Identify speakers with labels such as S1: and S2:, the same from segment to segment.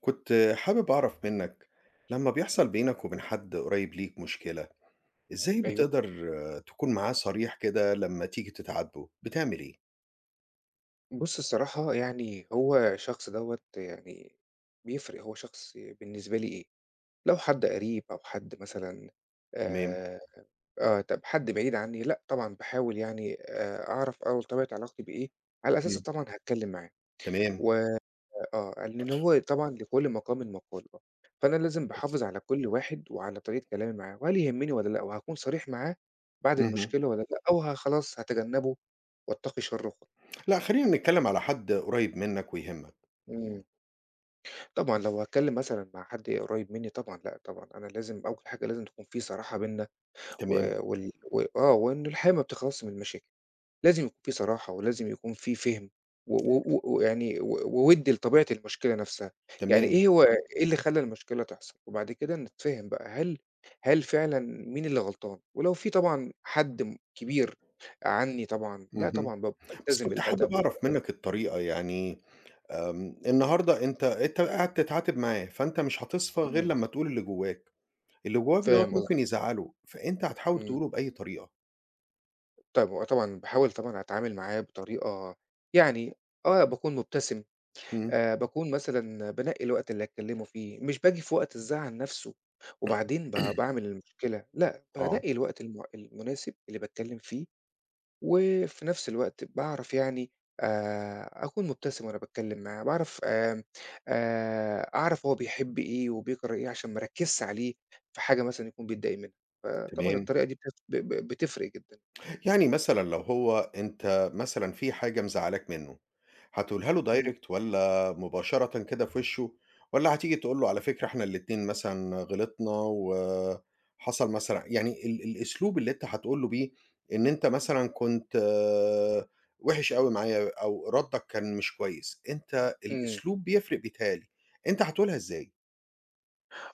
S1: كنت حابب أعرف منك لما بيحصل بينك وبين حد قريب ليك مشكلة، إزاي
S2: أيوه.
S1: بتقدر تكون معاه صريح كده لما تيجي تتعاتبه، بتعمل إيه؟
S2: بُص، الصراحة هو الشخص دوّة بيفرق. هو شخص بالنسبة لي إيه، لو حد قريب أو حد مثلًا
S1: تمام،
S2: آآ آه، طب حد بعيد عنّي لأ طبعًا، باحاول أعرف أول طبيعة علاقتي بإيه، على أساسه
S1: إمم،
S2: طبعًا هاتكلّم معاه.
S1: تمام،
S2: و آه، لإن هو طبعًا لكل مقام مقال، آه، فأنا لازم
S1: كويس،
S2: باحافظ على كل واحد وعلى طريقة كلامي معاه، وهل يهمّني والّا لأ، وهاكون صريح معاه بعد
S1: اهم،
S2: المشكلة والّا لأ، أو خلاص هاتجنّبه واتقي شره وخلاص.
S1: لأ خلّينا نتكلم على حد قريب منك ويهمك،
S2: إمم. طبعًا لو هاتكلّم مثلًا مع حد قريّب منّي طبعًا، لأ طبعًا، أنا لازم أول حاجة لازم تكون في صراحة بيننا. و
S1: تمام،
S2: وال و آه، وإن الحياة ما بتخلصش من المشاكل، لازم يكون في صراحة ولازم يكون في فِهم ويعني و و و ويعني و ووِد لطبيعة المشكلة نَفْسها،
S1: تمام،
S2: إيه هو إيه اللي خلّى المشكلة تحصل، وبعد كده نتفهم بقى هل فعلًا مين اللي غلطان، ولو في طبعًا حد كبير عنّي طبعًا، لأ
S1: اهم،
S2: طبعًا بابقى
S1: بس
S2: بالتزم
S1: كنت حابب
S2: الأدب
S1: أعرف
S2: وبالتزم.
S1: منك الطريقة يعني النهارده أنت قاعد تتعاتب معاه، فأنت مش هتصفى غير
S2: إمم،
S1: لما تقول اللي جواك، اللي جواك دوّة
S2: فاهم
S1: ممكن
S2: قصدك،
S1: يزعّله، فأنت هتحاول
S2: إمم.
S1: تقوله بأي طريقة،
S2: طب هو طبعًا باحاول طبعًا أتعامل معاه بطريقة، يعني آه، باكون مُبتسم،
S1: إمم.
S2: باكون مثلًا بانقّي الوقت اللي أتكلّمه فيه، مش باجي في وقت الزعل نَفْسه، وبعدين باعمل المشكلة، لأ،
S1: آه،
S2: بانقّي الوقت المناسب اللي باتكلّم فيه، وفي نَفْس الوقت باعرف يعني أكون مُبتسم وأنا باتكلّم معاه، باعرف آمم أعرف هو بيحب إيه وبيكره إيه عشان ما أركّزش عليه في حاجة مثلًا يكون بيتضايق منها، فطبعًا
S1: تمام.
S2: الطريقة دي بتف ب ب بتفرق جدًا.
S1: يعني مثلًا لو هو أنت مثلًا في حاجة مزعّلاك منّه، هتقولها له
S2: إمم،
S1: direct والّا مباشرةً كده في وشه والّا هتيجي تقول له على فكرة إحنا الاتنين مثلًا غلطنا وحصل مثلًا يعني الأسلوب اللي أنت هتقول له بيه إن أنت مثلًا كنت وِحِش أوي معايا أو ردّك كان مش كويس، أنت
S2: إمم.
S1: الأسلوب بيفرق بيتهيأ لي، أنت هتقولها إزاي؟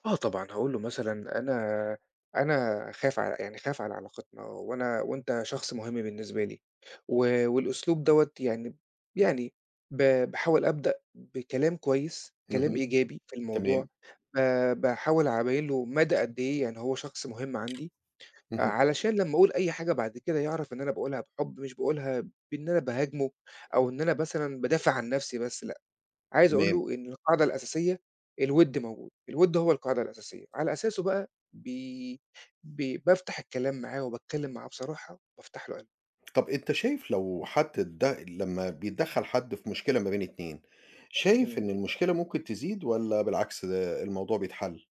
S2: آه طبعًا، هاقول له مثلًا أنا خايف ع يعني خايف على علاقتنا، وأنا وأنت شخص مهم بالنسبة لي، والأسلوب دوّة يعني، يعني ب باحاول أبدأ بكلام كويس، كلام
S1: اهم،
S2: إيجابي في الموضوع،
S1: تمام،
S2: ب باحاول أبيّن له مدى قد إيه يعني هو شخص مهم عندي، آه،
S1: اهم،
S2: علشان لمّا أقول أي حاجة بعد كده يعرف إن أنا باقولها بحُب، مش باقولها بإن أنا باهاجمه أو إن أنا مثلًا بادافع عن نفسي بس، لأ. عايز أقول
S1: تمام.
S2: له إن القاعدة الأساسية الوِد موجود، الوِد هو القاعدة الأساسية، على أساسه بقى بي بي بافتح الكلام معاه وباتكلّم معاه بصراحة، بافتح له قلبي.
S1: طب أنت شايف لو حد ده لمّا بيتدخّل حد في مشكلة ما بين 2، شايف
S2: إمم.
S1: إن المشكلة ممكن تزيد والّا بالعكس ده الموضوع بيتحل؟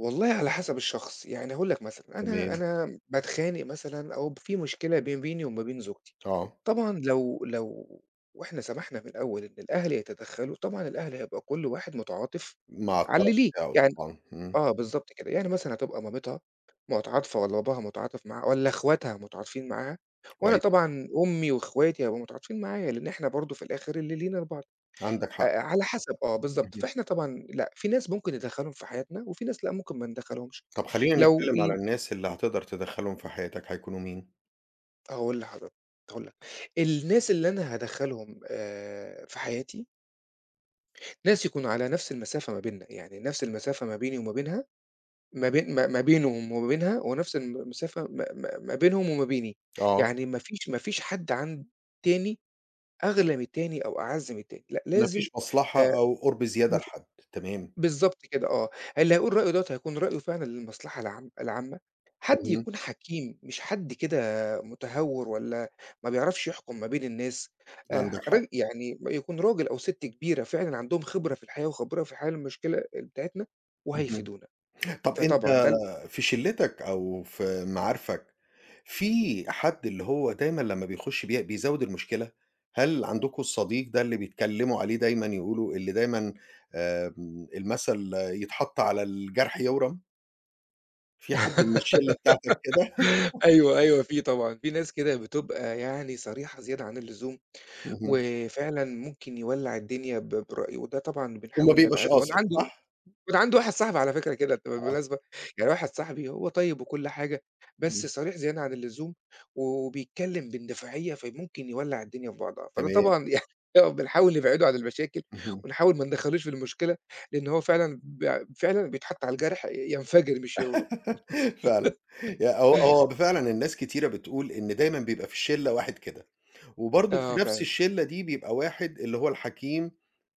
S2: والله على حسب الشخص، يعني هاقول لك مثلًا، أنا
S1: تمام،
S2: أنا باتخانق مثلًا أو في مشكلة بيني وما بين زوجتي،
S1: آه،
S2: طبعًا لو وإحنا سمحنا من الأول إن الأهل يتدخّلوا، طبعًا الأهل هيبقى كل واحد متعاطف
S1: مع
S2: على اللي
S1: الطرف
S2: ليه.
S1: بتاعه
S2: يعني
S1: طبعًا، إمم،
S2: آه، بالضبط كده، يعني مثلًا هتبقى مامتها متعاطفة والّا باباها متعاطف معاها والّا إخواتها متعاطفين معاها، وأنا
S1: كويس،
S2: طبعًا أمي وإخواتي هيبقوا متعاطفين معايا، لإن إحنا برضه في الآخر اللي لينا لبعض،
S1: عندك حق،
S2: على حسب، آه، بالضبط،
S1: اهم.
S2: فإحنا طبعًا لأ، في ناس ممكن ندخّلهم في حياتنا وفي ناس لأ، ممكن ما ندخّلهمش.
S1: طب خلّينا
S2: لو
S1: نتكلم على
S2: ال
S1: الناس اللي هتقدر تدخّلهم في حياتك هيكونوا مين؟
S2: هاقول لحضرتك، هاقول لك، الناس اللي أنا هادخّلهم في حياتي، ناس يكونوا على نفس المسافة ما بيننا، يعني نفس المسافة ما بيني وما بينها، ما بينهم وما بينها هو نفس المسافة ما ما ما بينهم وما بيني،
S1: آه،
S2: يعني ما فيش حد عند التاني أغلى من التاني أو أعز من التاني، لأ
S1: ما
S2: لازم.
S1: فيش مصلحة
S2: آآ
S1: أو قُرب زيادة
S2: ما ف
S1: لحد، تمام،
S2: بالضبط كده، آه، اللي هيقول رأيه دوّة هيكون رأيه فعلًا للمصلحة العامة، حد
S1: اهم،
S2: يكون حكيم مش حد كده متهور ولا ما بيعرفش يحكم ما بين الناس،
S1: عندك حق،
S2: راج يعني يكون راجل أو ست كبيرة فعلًا عندهم خبرة في الحياة وخبرة في حل المشكلة بتاعتنا
S1: اهم.
S2: وهيفيدونا،
S1: طب أنت
S2: فطبعًا ده.
S1: في شلتك أو في معارفك، في حد اللي هو دايمًا لمّا بيخش بيزوّد المشكلة؟ هل عندكم الصديق ده اللي بيتكلموا عليه دايمًا يقولوا اللي دايمًا المثل يتحط على الجرح يورم، في حد من الشلة بتاعتك كده؟
S2: أيوه، أيوه في طبعًا، في ناس كده بتبقى يعني صريحة زيادة عن اللزوم،
S1: اهم،
S2: وفعلًا ممكن يولّع الدنيا برأيه، وده طبعًا
S1: وما
S2: بنحاول
S1: بيبقاش
S2: نبعده،
S1: قاصد صح؟
S2: وأنا عندي واحد صاحبي على فكرة كده
S1: آه،
S2: بالمناسبة، يعني واحد صاحبي هو طيب وكل حاجة، بس
S1: إمم،
S2: صريح زيادة عن اللزوم، وبيتكلم باندفاعية، فممكن يولّع الدنيا في بعضها، فده
S1: تمام،
S2: طبعًا يعني بنحاول نبعده عن المشاكل،
S1: اهم،
S2: ونحاول ما ندخلوش في المشكلة، لأن هو فعلًا فعلًا بيتحط على الجرح ينفجر مش يورم.
S1: فعلًا، يا هو فعلًا الناس كتيرة بتقول إن دايمًا بيبقى في الشلة واحد كده. وبرضه في
S2: آه
S1: نفس
S2: فعلًا،
S1: الشلة دي بيبقى واحد اللي هو الحكيم،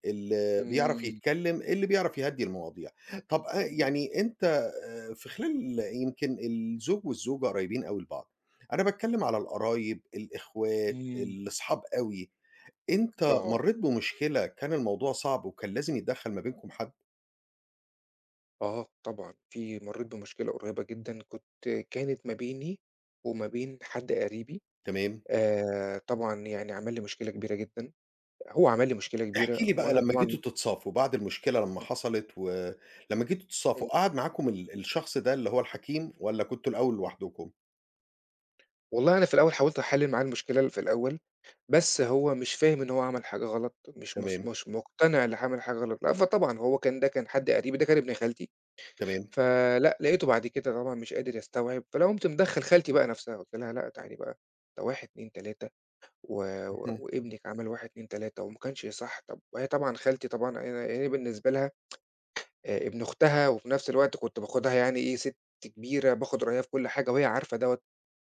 S1: اللي بيعرف
S2: إمم،
S1: يتكلّم، اللي بيعرف يهدّي المواضيع. طب يعني أنت في خلال يمكن الزوج والزوجة قريبين أوي لبعض، أنا باتكلّم على القرايب، الإخوات،
S2: إمم.
S1: الأصحاب أوي، أنت
S2: آه،
S1: مرّيت بمشكلة كان الموضوع صعب وكان لازم يتدخّل ما بينكم حد؟
S2: آه طبعًا، مرّيت بمشكلة قريّبة جدًا، كانت ما بيني وما بين حد قريبي،
S1: تمام،
S2: طبعًا يعني عمل لي مشكلة كبيرة جدًا، هو عمل لي مشكلة
S1: احكِ
S2: كبيرة
S1: لي بقى
S2: وأنا
S1: لمّا
S2: طبعًا.
S1: جيتوا تتصافوا بعد المشكلة لمّا حصلت ولمّا جيتوا تتصافوا،
S2: إمم،
S1: قعد معاكم الشخص ده اللي هو الحكيم والّا كنتوا الأول لوحدكم؟
S2: والله أنا في الأول حاولت أحلّل معاه المشكلة في الأول، بس هو مش فاهم إن هو عمل حاجة غلط، مش مس
S1: تمام،
S2: مش مقتنع إنه عمل حاجة غلط، لأ فطبعًا هو كان ده كان حد قريبي، ده كان ابن خالتي،
S1: تمام،
S2: فلأ لقيته بعد كده طبعًا مش قادر يستوعب، فأنا قُمت مدخّل خالتي بقى نَفْسها، قُلت لها: "لأ تعالي بقى، ده 1، 2، 3." و و
S1: اهم،
S2: وابنِك عمل 1، 2، 3 وما كانش صح." طب وهي طبعًا خالتي طبعًا أنا يعني بالنسبة لها ابن أختها، وفي نفس الوقت كنت باخدها يعني إيه، سِت كبيرة باخد رأيها في كل حاجة وهي عارفة دوّة،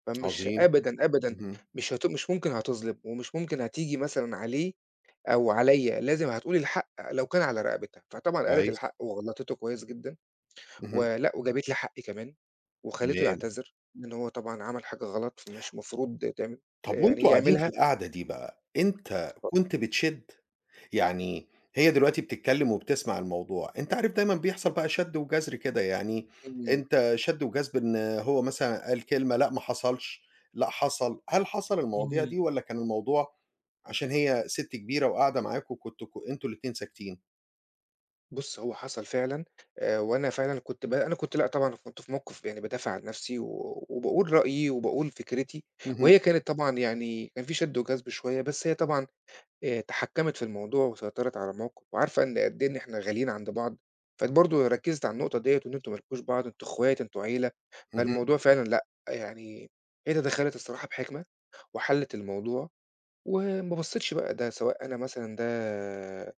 S2: فمش
S1: عظيم،
S2: أبدًا، أبدًا
S1: اهم،
S2: مش ممكن هتظلم، ومش ممكن هتيجي مثلًا عليه أو عليّا، لازم هتقول الحق لو كان على رقبتها. فطبعًا قالت
S1: كويس،
S2: الحق وغلطته كويس جدًا،
S1: اهم،
S2: وجابت لي حقي كمان، وخلّيته
S1: تمام.
S2: يعتذر إن هو طبعًا عمل حاجة غلط، فمش مفروض تعمل
S1: طب وأنتم قاعدين في
S2: يعملها.
S1: القعدة دي بقى، أنت كنت بتشِد؟ يعني هي دلوقتي بتتكلم وبتسمع الموضوع، أنت عارف دايمًا بيحصل بقى شَد وجذر كده، يعني
S2: إمم،
S1: أنت شَد وجذب إن هو مثلًا قال كلمة، لأ ما حصلش، لأ حصل، هل حصل المواضيع
S2: إمم.
S1: دي والّا كان الموضوع عشان هي سِت كبيرة وقاعدة معاكم كنتم أنتم الاتنين ساكتين؟
S2: بُص، هو حصل فعلًا، وأنا فعلًا كنت ب أنا كنت لأ طبعًا كنت في موقف يعني بادافع عن نفسي وباقول رأيي وباقول فكرتي،
S1: اهم،
S2: وهي كانت طبعًا يعني كان في شد وجذب شوية، بس هي طبعًا تحكمت في الموضوع وسيطرت على الموقف، وعارفة إن قد إيه إن إحنا غاليين عند بعض، فبرضه ركزت على النقطة ديّة وإن أنتم ما لكوش بعض، أنتم أخوات، أنتم عيلة،
S1: اهم،
S2: فالموضوع فعلًا لأ، يعني هي تدخلت الصراحة بحكمة وحلت الموضوع، وما بصيتش بقى ده سواء أنا مثلًا ده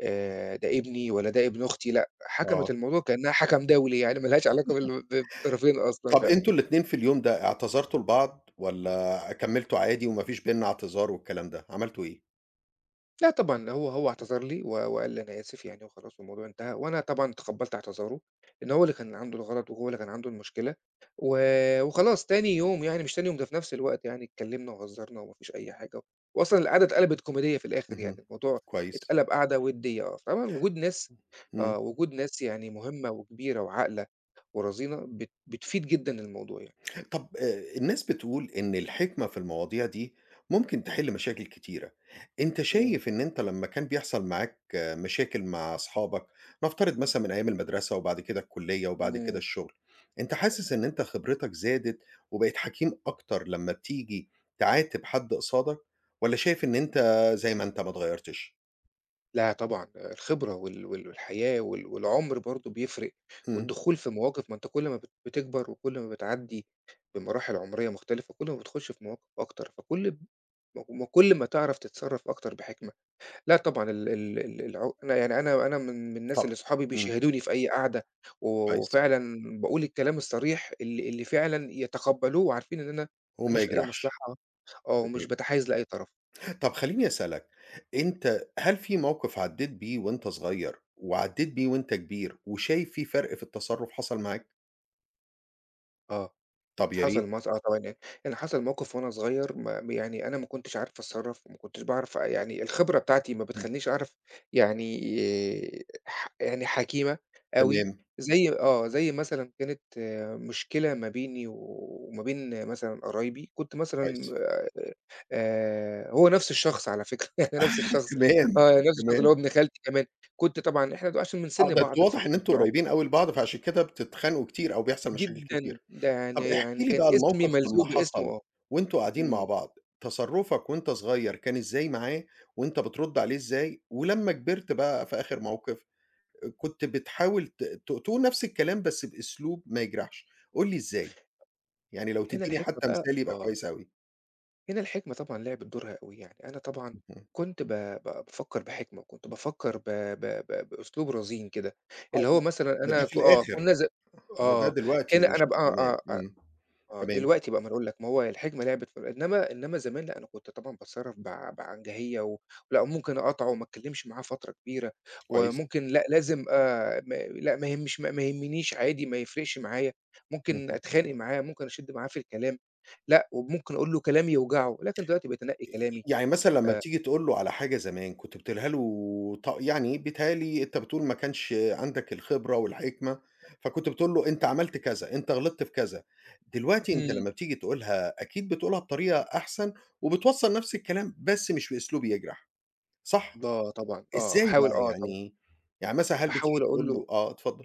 S2: ده ابني والّا ده ابن أختي، لأ، حَكَمِت
S1: آه.
S2: الموضوع كإنها حَكَم دولي يعني ما لهاش علاقة بالطرفين أصلًا
S1: طَب
S2: فعلًا.
S1: أنتم الاتنين في اليوم ده اعتذرتوا لبعض والّا كمّلتوا عادي وما فيش بيننا اعتذار والكلام ده، عملتوا إيه؟
S2: لأ طبعًا، هو اعتذر لي وقال لي: "أنا آسف" يعني وخلاص والموضوع انتهى، وأنا طبعًا تقبّلت اعتذاره، لإن هو اللي كان عنده الغلط وهو اللي كان عنده المشكلة، و وخلاص تاني يوم، يعني مش تاني يوم، ده في نفس الوقت يعني اتكلّمنا وهزرنا وما فيش أي حاجة، وأصلًا القعدة اتقلبت كوميدية في الآخر يعني،
S1: اهم،
S2: الموضوع
S1: كويس،
S2: اتقلب قعدة وِدّية، آه، فطبعًا وجود ناس،
S1: إمم،
S2: آه، وجود ناس يعني مهمة وكبيرة وعاقلة ورزينة بتفيد جدًا الموضوع يعني.
S1: طَب الناس بتقول إن الحكمة في المواضيع دي ممكن تحِل مشاكل كتيرة، أنت
S2: إمم،
S1: شايف إن أنت لمّا كان بيحصل معاك مشاكل مع أصحابك، نفترض مثلًا من أيام المدرسة وبعد كده الكُلّية وبعد كده
S2: إمم.
S1: الشغل، أنت حاسس إن أنت خبرتك زادت وبقيت حكيم أكتر لمّا بتيجي تعاتب حد قصادك والّا شايف إن أنت زي ما أنت ما اتغيّرتش؟
S2: لا طبعًا، الخبرة والحياة والعُمر برضه بيفرق،
S1: إمم،
S2: والدخول في مواقف، ما أنت كل ما بتكبر وكل ما بتعدّي بمراحل عُمرية مختلفة، كل ما بتخش في مواقف أكتر، فكل م كل ما تعرف تتصرّف أكتر بحكمة. لأ طبعًا ال ال ال العُ أنا يعني أنا من الناس
S1: طب
S2: اللي صحابي
S1: إمم،
S2: بيشاهدوني في أي قعدة،
S1: كويس،
S2: وفعلًا باقول الكلام الصريح اللي فعلًا يتقبّلوه وعارفين إن أنا ما
S1: وما
S2: ليش أي
S1: يجرحش،
S2: مصلحة، آه،
S1: تمام.
S2: ومش باتحيّز لأي طرف.
S1: طب خلّيني أسألك، أنت هل في موقف عدّيت بيه وأنت صغير وعدّيت بيه وأنت كبير وشايف في فرق في التصرُّف حصل معاك؟
S2: آه.
S1: طب يا
S2: حصل
S1: ريت،
S2: مس آه طبعًا يعني، يعني حصل موقف وأنا صغير، ما يعني أنا ما كنتش عارف أتصرّف، وما كنتش باعرف يعني الخبرة بتاعتي ما
S1: إمم،
S2: بتخلّينيش أعرف يعني ح يعني حكيمة أوي،
S1: تمام،
S2: زي آه، زي مثلًا كانت آه، مشكلة ما بيني وما بين مثلًا قرايبي، كنت
S1: كويس،
S2: مثلًا هو نفْس الشخص على فكرة يعني نفْس الشخص،
S1: تمام،
S2: آه، نفْس الشخص
S1: تمام،
S2: اللي هو ابن خالتي كمان، كنت طبعًا إحنا بقى عشان من
S1: آه،
S2: سِن
S1: ده أنتم
S2: بعض
S1: واضح إن أنتم
S2: فكنا
S1: قريّبين أوي لبعض، فعشان كده بتتخانقوا كتير أو بيحصل مشاكل
S2: جدًا،
S1: كتير.
S2: ده
S1: طب
S2: يعني
S1: احكِ
S2: يعني
S1: لي
S2: كان
S1: بقى
S2: اسمي
S1: الموقف لمّا
S2: ملزوق باسمه
S1: حصل
S2: آه،
S1: وأنتم قاعدين مع
S2: إمم.
S1: بعض، تصرُّفك وأنت صغير كان إزاي معاه وأنت بترُد عليه إزاي ولمّا كبرت بقى في آخر موقف، كنت بتحاول ت ت تقول نفس الكلام بس بأسلوب ما يجرحش، قُل لي إزاي؟ يعني لو
S2: هنا
S1: تدّيني
S2: الحكمة
S1: حتى
S2: بقى
S1: مثال يبقى
S2: آه،
S1: كويس أوي.
S2: هنا الحكمة طبعًا لعبت دورها أوي، يعني أنا طبعًا
S1: اهم.
S2: كنت ب ب بافكّر بحكمة، وكنت بافكّر ب ب ب بأسلوب رزين كده،
S1: آه،
S2: اللي
S1: ده
S2: هو مثلًا
S1: ده ده
S2: أنا
S1: في
S2: ك آه،
S1: الآخر،
S2: كنا ز
S1: ده
S2: آه،
S1: دلوقتي
S2: كان
S1: مش
S2: أنا بقى
S1: زمان. إمم. تمام،
S2: دلوقتي بقى، ما أنا أقول لك، ما هو الحكمة لعبت في إنما زمان لأ، أنا كنت طبعًا باتصرّف بعنجهية، لأ، ممكن أقاطعه وما أتكلّمش معاه فترة كبيرة،
S1: كويس.
S2: وممكن لأ، لازم ما لأ، ما يهمش ما ما يهمنيش عادي، ما يفرقش معايا، ممكن
S1: اهم.
S2: أتخانق معاه، ممكن أشِد معاه في الكلام. لأ، وممكن أقول له كلام يوجعه، لكن دلوقتي بقيت أنقّي كلامي.
S1: يعني مثلًا لمّا
S2: آآ
S1: بتيجي تقول له على حاجة زمان كنت بتقولها له يعني بيتهيأ لي أنت بتقول ما كانش عندك الخبرة والحكمة، فكنت بتقول له أنت عملت كذا، أنت غلطت في كذا، دلوقتي أنت
S2: إمم،
S1: لمّا بتيجي تقولها أكيد بتقولها بطريقة أحسن وبتوصّل نفس الكلام بس مش بأسلوب يجرح، صح؟
S2: آه طبعًا، آه،
S1: إزاي
S2: أحاول
S1: بقى
S2: آه طبعًا،
S1: يعني مثلًا هل بتيجي
S2: باحاول أقول
S1: تقول
S2: له
S1: له آه اتفضل،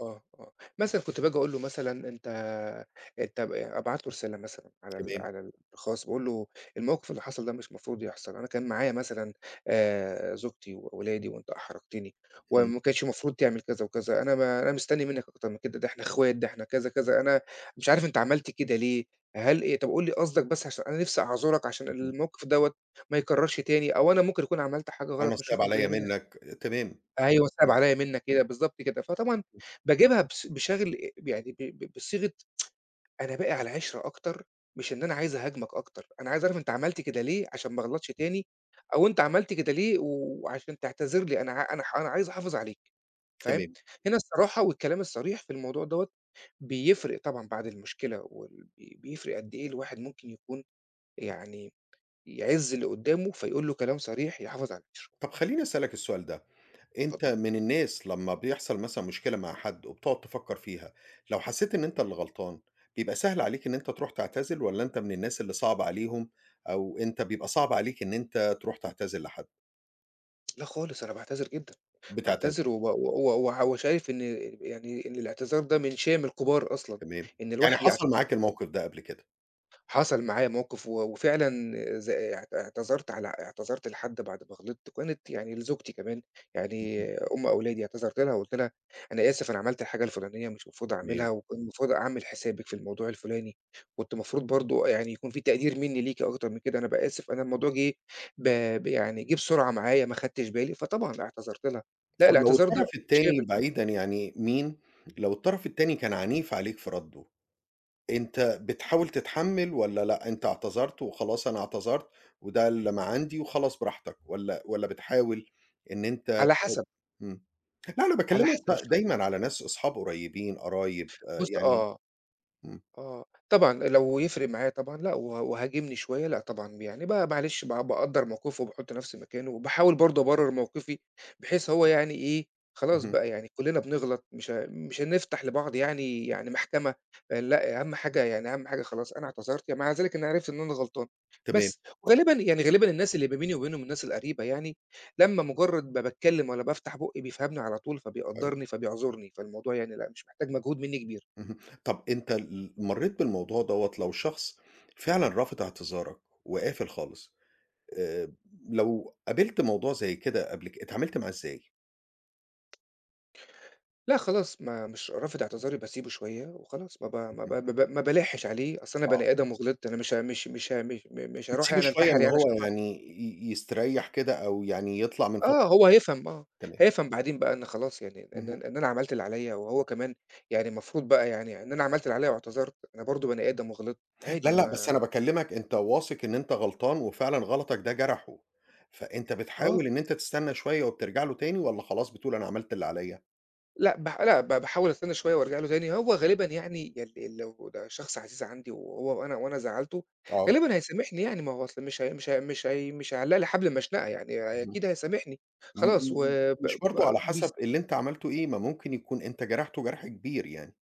S2: آه، آه. مثلًا كنت باجي أقول له مثلًا أنت أنت ب أبعت له رسالة مثلًا
S1: تمام،
S2: على الخاص، باقول له: "الموقف اللي حصل ده مش مفروض يحصل، أنا كان معايا مثلًا زوجتي وأولادي وأنت أحرجتني،
S1: إمم،
S2: وما كانش المفروض تعمل كذا وكذا، أنا ما أنا مستني منّك أكتر من كده، ده إحنا إخوات، ده إحنا كذا، كذا، أنا مش عارف أنت عملت كده ليه، هل إيه طب قُل لي قصدك بس عشان أنا نِفْسي أعذرك عشان
S1: اهم،
S2: الموقف دوّة ما يتكررش تاني، أو أنا ممكن أكون عملت حاجة غلط
S1: أنا
S2: مش
S1: صعب
S2: واخد
S1: عليَّ
S2: بالي منها."
S1: منك، تمام،
S2: أيوه، صعب
S1: إمم،
S2: عليّا منّك كده، بالضبط كده. فطبعًا باجيبها بشغل يعني ب ب بصيغة أنا باقي على عِشرة أكتر، مش إن أنا عايز أهاجمك أكتر، أنا عايز أعرف أنت عملت كده ليه عشان ما أغلطش تاني، أو أنت عملت كده ليه وعشان تعتذر لي، أنا ع أنا ح أنا عايز أحافظ عليك، فاهم؟
S1: تمام.
S2: هنا الصراحة والكلام الصريح في الموضوع دوّة بيفرق طبعًا بعد المشكلة، وال بي بيفرق قد إيه الواحد ممكن يكون يعني يعِز اللي قدّامه، فيقول له كلام صريح يحافظ على العِشرة.
S1: طب خلّيني أسألك السؤال ده. أنت
S2: اتفضل.
S1: من الناس لمّا بيحصل مثلًا مشكلة مع حد وبتقعد تفكّر فيها، لو حسيت إن أنت اللي غلطان، بيبقى سهل عليك إن أنت تروح تعتذر والّا أنت من الناس اللي صعب عليهم أو أنت بيبقى صعب عليك إن أنت تروح تعتذر لحد؟
S2: لا خالص، أنا باعتذر جدًا،
S1: بتعتذر،
S2: باعتذر وب و و وع وشايف إن يعني إن الاعتذار ده من شِيَم الكبار أصلًا،
S1: تمام.
S2: إن
S1: يعني
S2: الواحد
S1: حصل معاك الموقف ده قبل كده،
S2: حصل معايا موقف وفعلًا ز اعت اعتذرت على اعتذرت لحد بعد ما غلطت، وكانت يعني لزوجتي كمان،
S1: اهم.
S2: يعني أم أولادي، اعتذرت لها وقُلت لها: "أنا آسف، أنا عملت الحاجة الفلانية مش المفروض
S1: تمام.
S2: أعملها، وكنت المفروض أعمل حسابِك في الموضوع الفلاني، كنت المفروض برضه يعني يكون في تقدير منّي ليكِ أكتر من كده، أنا بقى آسف، أنا الموضوع جِه ب ب يعني جِه بسرعة معايا ما خدتش بالي." فطبعًا اعتذرت لها. لأ،
S1: طب لو
S2: الاعتذار ده
S1: الطرف التاني
S2: شامل.
S1: بعيدًا يعني مين، لو الطرف التاني كان عنيف عليك في رَدّه؟ أنت بتحاول تتحمّل والّا لأ، أنت اعتذرت وخلاص أنا اعتذرت وده اللي ما عندي وخلاص براحتك والّا بتحاول إن أنت
S2: على حسب،
S1: إمم. لأ، أنا
S2: على
S1: باكلّمك
S2: حسب
S1: بقى
S2: الشخص.
S1: دايمًا على ناس أصحاب قريّبين، قرايب
S2: بُص،
S1: يعني
S2: آه.
S1: إمم،
S2: آه، طبعًا لو يفرق معايا طبعًا لأ، وهااجمني شوية لأ طبعًا، يعني معلش باقدّر موقفه وباحط نفسي مكانه، وباحاول برضه أبرر موقفي بحيث هو يعني إيه، خلاص
S1: اهم،
S2: بقى يعني كلنا بنغلط، مش هنفتح لبعض يعني يعني محكمة، آه، لأ أهم حاجة يعني أهم حاجة خلاص أنا اعتذرت، يعني مع ذلك أنا عرفت إن أنا غلطان،
S1: تمام،
S2: بس وغالبًا يعني غالبًا الناس اللي ما بيني وبينهم الناس القريبة يعني، لمّا مجرد ما باتكلم والّا بافتح بُقي بيفهمني على طول،
S1: كويس،
S2: فبيقدّرني فبيعذرني، فالموضوع يعني لأ مش محتاج مجهود مني كبير.
S1: اهم. طَب أنت مرّيت بالموضوع دوّة لو شخص فعلًا رافض اعتذارك وقافل خالص، آآ لو قابلت موضوع زي كده قبل اتعاملت معاه إزاي؟
S2: لأ خلاص، ما مش رافض اعتذاري باسيبه شوية وخلاص، ما ب ما ب
S1: اهم،
S2: ما ب ما بالاحش عليه، أصل أنا
S1: آه.
S2: بني آدم وغلطت، أنا مش ه مش مش ه مش م مش هاروح
S1: بتسيبه
S2: يعني
S1: شوية
S2: أنتحر
S1: إن
S2: يعني
S1: هو
S2: عشان خاطر،
S1: يعني يستريّح كده أو يعني يطلع من
S2: آه،
S1: فترة
S2: هو هيفهم آه،
S1: تمام.
S2: هيفهم بعدين بقى إن خلاص، يعني إن
S1: اهم.
S2: أنا عملت اللي عليّا وهو كمان يعني المفروض بقى، يعني إن أنا عملت اللي عليّا واعتذرت، أنا برضه بني آدم وغلطت،
S1: لا،
S2: عادي
S1: لأ، بس
S2: ما.
S1: أنا باكلّمك أنت واثق إن أنت غلطان وفعلًا غلطك ده جرحه، فأنت
S2: آه.
S1: بتحاول إن أنت تستنى شوية وبترجع له تاني والّا خلاص بتقول أنا عملت اللي عليّا؟
S2: لأ، باح لأ، ب باحاول أستنى شوية وأرجع له تاني، هو غالبًا يعني لو ده شخص عزيز عندي وهو وأنا وأنا زعّلته،
S1: آه.
S2: غالبًا هيسامحني يعني، ما هو أصل مش هيعلّق لي حبل مشنقة يعني،
S1: اهم.
S2: أكيد هيسامحني،
S1: م
S2: خلاص. و
S1: م م
S2: ب
S1: مش
S2: ب
S1: برضه على
S2: بيس
S1: حسب اللي أنت عملته إيه، ما ممكن يكون أنت جرحته جرح كبير يعني.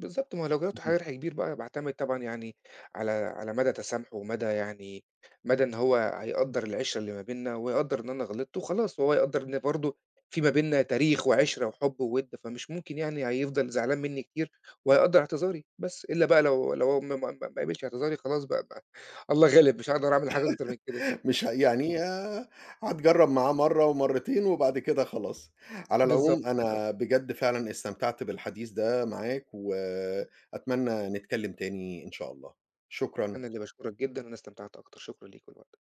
S2: بالضبط، ما هو لو جربت حاجة
S1: اهم.
S2: ربح كبير بقى باعتمد طبعًا يعني على مدى تسامحه ومدى يعني مدى إن هو هيقدّر العِشرة اللي ما بيننا، ويقدّر إن أنا غلطت وخلاص، وهو يقدّر إن برضه في ما بيننا تاريخ وعِشرة وحُب ووِد، فمش ممكن يعني هيفضل زعلان منّي كتير، وهيقدّر اعتذاري بس، إلا بقى لو هو ما قبلش اعتذاري خلاص بقى الله غالب، مش هاقدر أعمل حاجة أكتر من كده.
S1: مش ه
S2: إمم،
S1: يعني هتجرّب معاه مرّة ومرّتين وبعد كده خلاص. على
S2: بالضبط
S1: العموم
S2: كده،
S1: أنا بجد فعلًا استمتعت بالحديث ده معاك، وأتمنى نتكلّم تاني إن شاء الله.
S2: أنا
S1: شكرًا.
S2: اللي باشكرك جدًا، أنا استمتعت أكتر، شكرًا ليك ولوقتك.